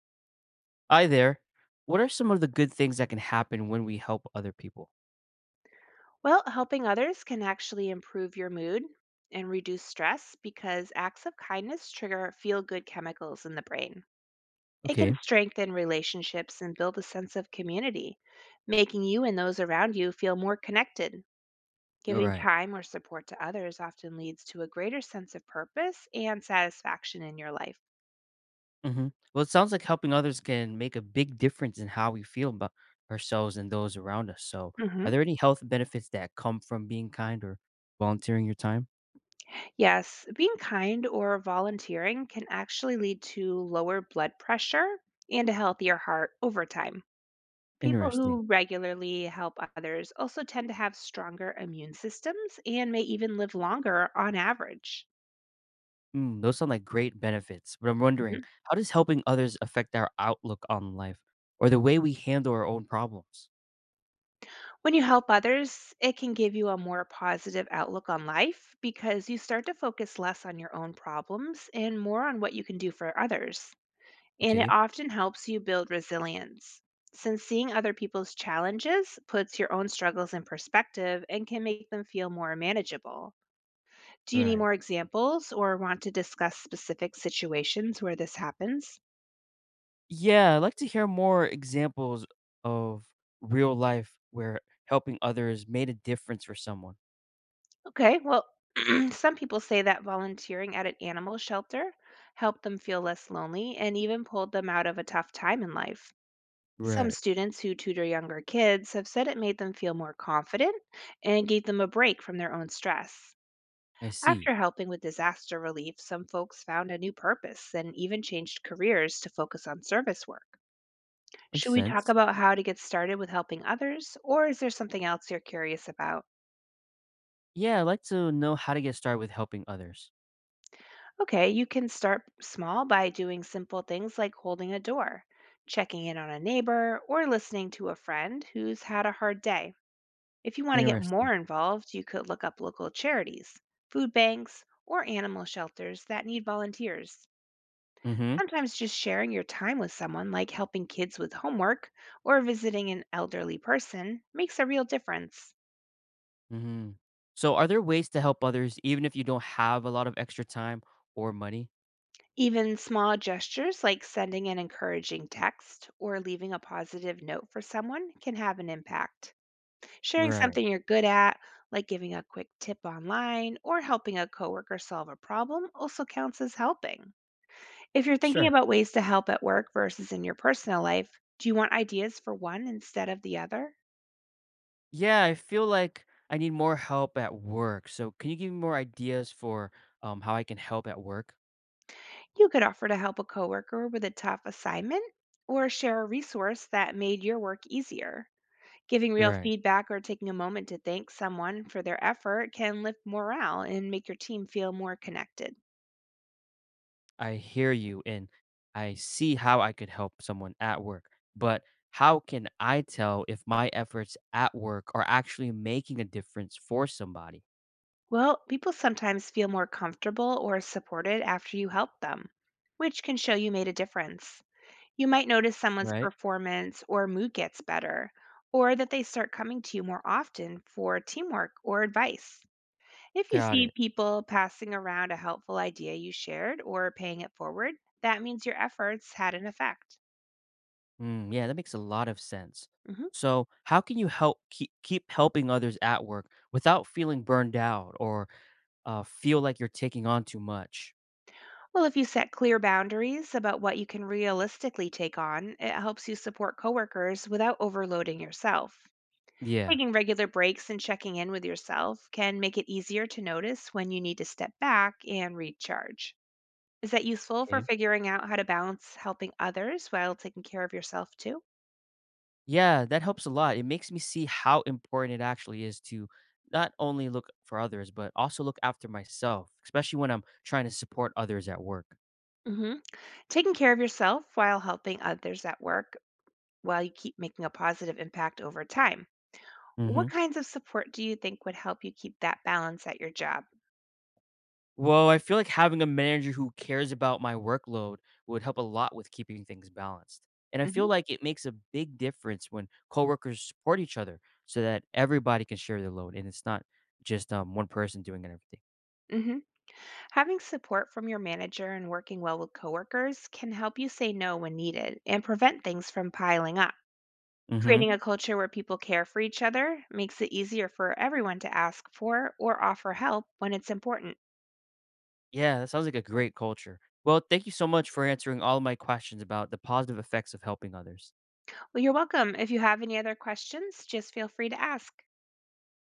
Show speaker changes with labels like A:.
A: Hi there. What are some of the good things that can happen when we help other people?
B: Well, helping others can actually improve your mood and reduce stress because acts of kindness trigger feel good chemicals in the brain. It can
A: Okay.
B: strengthen relationships and build a sense of community, making you and those around you feel more connected.
A: All
B: Giving
A: right.
B: time or support to others often leads to a greater sense of purpose and satisfaction in your life.
A: hmm Well, it sounds like helping others can make a big difference in how we feel about ourselves and those around us. So,
B: Hmm.
A: are there any health benefits that come from being kind or volunteering your time?
B: Yes, being kind or volunteering can actually lead to lower blood pressure and a healthier heart over time. People
A: Interesting.
B: who regularly help others also tend to have stronger immune systems and may even live longer on average.
A: Those sound like great benefits, but I'm wondering,
B: Mhm.
A: how does helping others affect our outlook on life or the way we handle our own problems?
B: When you help others, it can give you a more positive outlook on life because you start to focus less on your own problems and more on what you can do for others. And it
A: Okay.
B: often helps you build resilience. Since seeing other people's challenges puts your own struggles in perspective and can make them feel more manageable. Do you need
A: Right.
B: more examples or want to discuss specific situations where this happens?
A: Yeah, I'd like to hear more examples of real life where helping others made a difference for someone.
B: Okay, well, some people say that volunteering at an animal shelter helped them feel less lonely and even pulled them out of a tough time in life. Some
A: Right.
B: students who tutor younger kids have said it made them feel more confident and gave them a break from their own stress.
A: I see.
B: After helping with disaster relief, some folks found a new purpose and even changed careers to focus on service work. Should
A: Makes
B: we talk
A: sense.
B: about how to get started with helping others, or is there something else you're curious about?
A: Yeah, I'd like to know how to get started with helping others.
B: Okay, you can start small by doing simple things like holding a door, checking in on a neighbor, or listening to a friend who's had a hard day. If you want to get
A: Interesting.
B: more involved, you could look up local charities, food banks, or animal shelters that need volunteers.
A: Mhm.
B: Sometimes just sharing your time with someone, like helping kids with homework or visiting an elderly person, makes a real difference.
A: Hmm. So, are there ways to help others even if you don't have a lot of extra time or money?
B: Even small gestures like sending an encouraging text or leaving a positive note for someone can have an impact. Sharing
A: Right.
B: something you're good at, like giving a quick tip online or helping a coworker solve a problem, also counts as helping. If you're thinking
A: Sure.
B: about ways to help at work versus in your personal life, do you want ideas for one instead of the other?
A: Yeah, I feel like I need more help at work. So, can you give me more ideas for how I can help at work?
B: You could offer to help a coworker with a tough assignment or share a resource that made your work easier. Giving real
A: Right.
B: feedback or taking a moment to thank someone for their effort can lift morale and make your team feel more connected.
A: I hear you and I see how I could help someone at work, but how can I tell if my efforts at work are actually making a difference for somebody?
B: Well, people sometimes feel more comfortable or supported after you help them, which can show you made a difference. You might notice someone's
A: Right?
B: performance or mood gets better, or that they start coming to you more often for teamwork or advice. If you
A: Got
B: see
A: it.
B: people passing around a helpful idea you shared or paying it forward, that means your efforts had an effect.
A: Mm, yeah, that makes a lot of sense.
B: Mm-hmm.
A: So, how can you help keep helping others at work without feeling burned out or feel like you're taking on too much?
B: Well, if you set clear boundaries about what you can realistically take on, it helps you support coworkers without overloading yourself.
A: Yeah.
B: Taking regular breaks and checking in with yourself can make it easier to notice when you need to step back and recharge. Is that useful for
A: Okay.
B: figuring out how to balance helping others while taking care of yourself too?
A: Yeah, that helps a lot. It makes me see how important it actually is to not only look for others, but also look after myself, especially when I'm trying to support others at work.
B: Hmm. Taking care of yourself while helping others at work while you keep making a positive impact over time. What
A: Hmm.
B: kinds of support do you think would help you keep that balance at your job?
A: Well, I feel like having a manager who cares about my workload would help a lot with keeping things balanced. And I feel like it makes a big difference when coworkers support each other so that everybody can share their load and it's not just one person doing everything.
B: Hmm. Having support from your manager and working well with coworkers can help you say no when needed and prevent things from piling up.
A: Hmm.
B: Creating a culture where people care for each other makes it easier for everyone to ask for or offer help when it's important.
A: Yeah, that sounds like a great culture. Well, thank you so much for answering all of my questions about the positive effects of helping others.
B: Well, you're welcome. If you have any other questions, just feel free to ask.